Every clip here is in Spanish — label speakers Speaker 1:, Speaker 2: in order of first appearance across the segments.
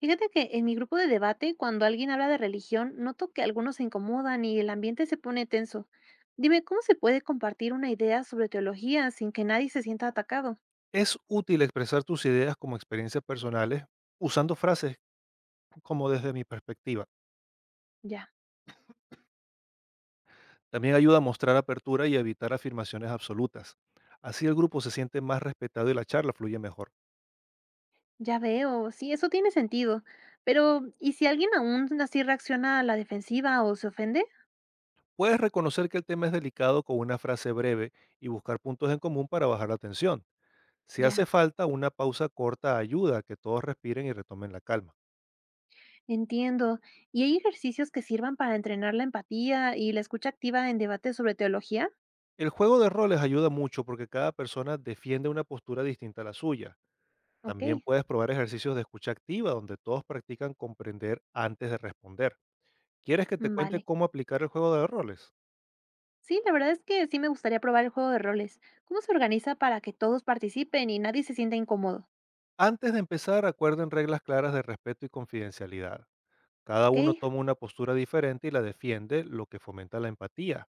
Speaker 1: Fíjate que en mi grupo de debate, cuando alguien habla de religión, noto que algunos se incomodan y el ambiente se pone tenso. Dime, ¿cómo se puede compartir una idea sobre teología sin que nadie se sienta atacado?
Speaker 2: Es útil expresar tus ideas como experiencias personales usando frases como desde mi perspectiva.
Speaker 1: Ya,
Speaker 2: También ayuda a mostrar apertura y a evitar afirmaciones absolutas. Así el grupo se siente más respetado y la charla fluye mejor.
Speaker 1: ya veo, sí, eso tiene sentido. Pero, ¿y si alguien aún así reacciona a la defensiva o se ofende?
Speaker 2: Puedes reconocer que el tema es delicado con una frase breve y buscar puntos en común para bajar la tensión. Si hace
Speaker 1: Ya,
Speaker 2: falta, una pausa corta ayuda a que todos respiren y retomen la calma.
Speaker 1: entiendo. ¿Y hay ejercicios que sirvan para entrenar la empatía y la escucha activa en debates sobre teología?
Speaker 2: El juego de roles ayuda mucho porque cada persona defiende una postura distinta a la suya.
Speaker 1: Ok,
Speaker 2: También puedes probar ejercicios de escucha activa, donde todos practican comprender antes de responder. ¿Quieres que te cuente
Speaker 1: vale.
Speaker 2: cómo aplicar el juego de roles?
Speaker 1: Sí, la verdad es que sí me gustaría probar el juego de roles. ¿Cómo se organiza para que todos participen y nadie se sienta incómodo?
Speaker 2: Antes de empezar, acuerden reglas claras de respeto y confidencialidad. Cada
Speaker 1: Ok,
Speaker 2: uno toma una postura diferente y la defiende, lo que fomenta la empatía.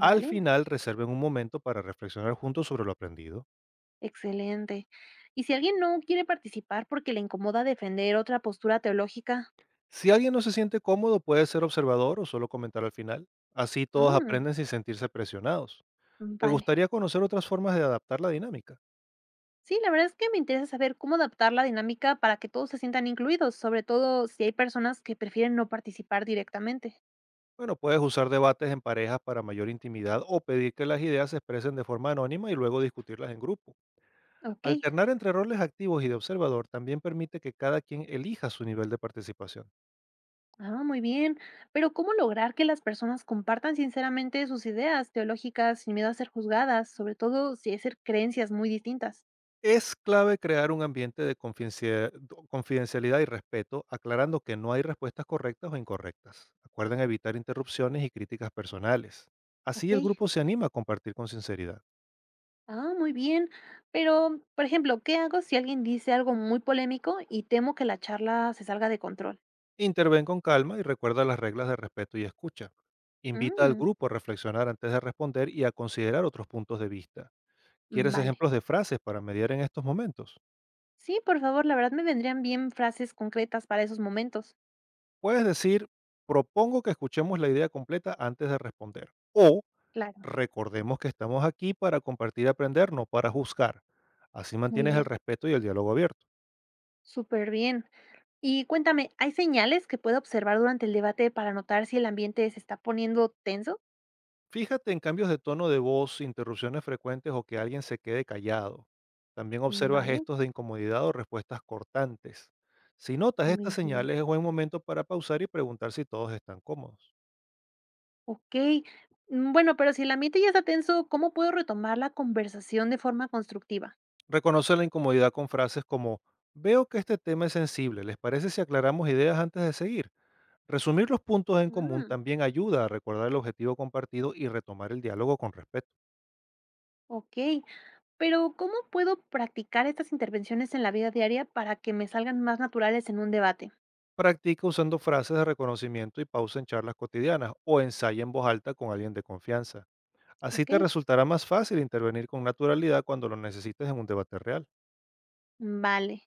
Speaker 2: Al final, reserven un momento para reflexionar juntos sobre lo aprendido.
Speaker 1: excelente. ¿Y si alguien no quiere participar porque le incomoda defender otra postura teológica?
Speaker 2: Si alguien no se siente cómodo, puede ser observador o solo comentar al final. Así todos
Speaker 1: Mm,
Speaker 2: aprenden sin sentirse presionados. ¿Te
Speaker 1: vale.
Speaker 2: gustaría conocer otras formas de adaptar la dinámica?
Speaker 1: Sí, la verdad es que me interesa saber cómo adaptar la dinámica para que todos se sientan incluidos, sobre todo si hay personas que prefieren no participar directamente.
Speaker 2: Bueno, puedes usar debates en parejas para mayor intimidad o pedir que las ideas se expresen de forma anónima y luego discutirlas en grupo.
Speaker 1: Ok,
Speaker 2: Alternar entre roles activos y de observador también permite que cada quien elija su nivel de participación.
Speaker 1: ah, muy bien. Pero ¿cómo lograr que las personas compartan sinceramente sus ideas teológicas sin miedo a ser juzgadas, sobre todo si es ser creencias muy distintas?
Speaker 2: Es clave crear un ambiente de confidencialidad y respeto, aclarando que no hay respuestas correctas o incorrectas. Acuerden evitar interrupciones y críticas personales. Así
Speaker 1: Ok.
Speaker 2: el grupo se anima a compartir con sinceridad.
Speaker 1: Ah, muy bien. Pero, por ejemplo, ¿qué hago si alguien dice algo muy polémico y temo que la charla se salga de control?
Speaker 2: Interven con calma y recuerda las reglas de respeto y escucha. Invita al
Speaker 1: Mm,
Speaker 2: grupo a reflexionar antes de responder y a considerar otros puntos de vista. ¿Quieres
Speaker 1: vale.
Speaker 2: ejemplos de frases para mediar en estos momentos?
Speaker 1: Sí, por favor, la verdad me vendrían bien frases concretas para esos momentos.
Speaker 2: Puedes decir, propongo que escuchemos la idea completa antes de responder. O
Speaker 1: Claro,
Speaker 2: recordemos que estamos aquí para compartir y aprender, no para juzgar. Así
Speaker 1: muy
Speaker 2: mantienes el
Speaker 1: bien.
Speaker 2: respeto y el diálogo abierto.
Speaker 1: Súper bien. Y cuéntame, ¿hay señales que pueda observar durante el debate para notar si el ambiente se está poniendo tenso?
Speaker 2: Fíjate en cambios de tono de voz, interrupciones frecuentes o que alguien se quede callado. También
Speaker 1: Mm,
Speaker 2: observa
Speaker 1: vale,
Speaker 2: gestos de incomodidad o respuestas cortantes. Si notas estas
Speaker 1: muy bien.
Speaker 2: señales, es buen momento para pausar y preguntar si todos están cómodos.
Speaker 1: Okey. Bueno, pero si el ambiente ya está tenso, ¿cómo puedo retomar la conversación de forma constructiva?
Speaker 2: Reconoce la incomodidad con frases como, veo que este tema es sensible, ¿les parece si aclaramos ideas antes de seguir? Resumir los puntos en común
Speaker 1: Mm,
Speaker 2: también ayuda a recordar el objetivo compartido y retomar el diálogo con respeto.
Speaker 1: okey. Pero, ¿cómo puedo practicar estas intervenciones en la vida diaria para que me salgan más naturales en un debate?
Speaker 2: Practica usando frases de reconocimiento y pausa en charlas cotidianas o ensaya en voz alta con alguien de confianza. Así te
Speaker 1: Okey,
Speaker 2: resultará más fácil intervenir con naturalidad cuando lo necesites en un debate real.
Speaker 1: vale.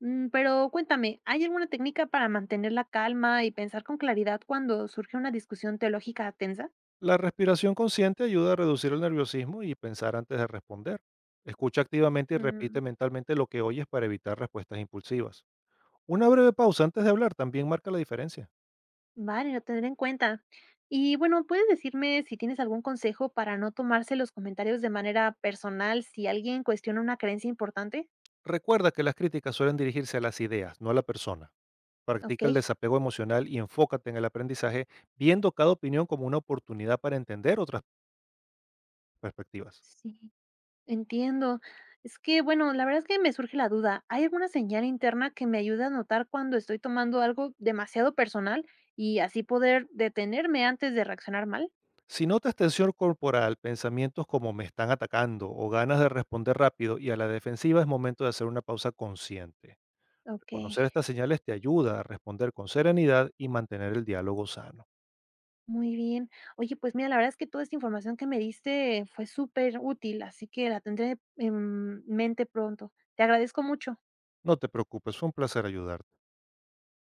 Speaker 1: Pero cuéntame, ¿hay alguna técnica para mantener la calma y pensar con claridad cuando surge una discusión teológica tensa?
Speaker 2: La respiración consciente ayuda a reducir el nerviosismo y pensar antes de responder. Escucha activamente y repite
Speaker 1: Mm.
Speaker 2: mentalmente lo que oyes para evitar respuestas impulsivas. Una breve pausa antes de hablar también marca la diferencia.
Speaker 1: Vale, lo tendré en cuenta. Y bueno, ¿puedes decirme si tienes algún consejo para no tomarse los comentarios de manera personal si alguien cuestiona una creencia importante?
Speaker 2: Recuerda que las críticas suelen dirigirse a las ideas, no a la persona.
Speaker 1: Ok,
Speaker 2: Practica el desapego emocional y enfócate en el aprendizaje, viendo cada opinión como una oportunidad para entender otras perspectivas.
Speaker 1: sí, entiendo. Es que, bueno, la verdad es que me surge la duda. ¿Hay alguna señal interna que me ayude a notar cuando estoy tomando algo demasiado personal y así poder detenerme antes de reaccionar mal?
Speaker 2: Si notas tensión corporal, pensamientos como me están atacando o ganas de responder rápido y a la defensiva, es momento de hacer una pausa consciente.
Speaker 1: Ok.
Speaker 2: Reconocer estas señales te ayuda a responder con serenidad y mantener el diálogo sano.
Speaker 1: Muy bien. Oye, pues mira, la verdad es que toda esta información que me diste fue súper útil, así que la tendré en mente pronto. Te agradezco mucho.
Speaker 2: No te preocupes, fue un placer ayudarte.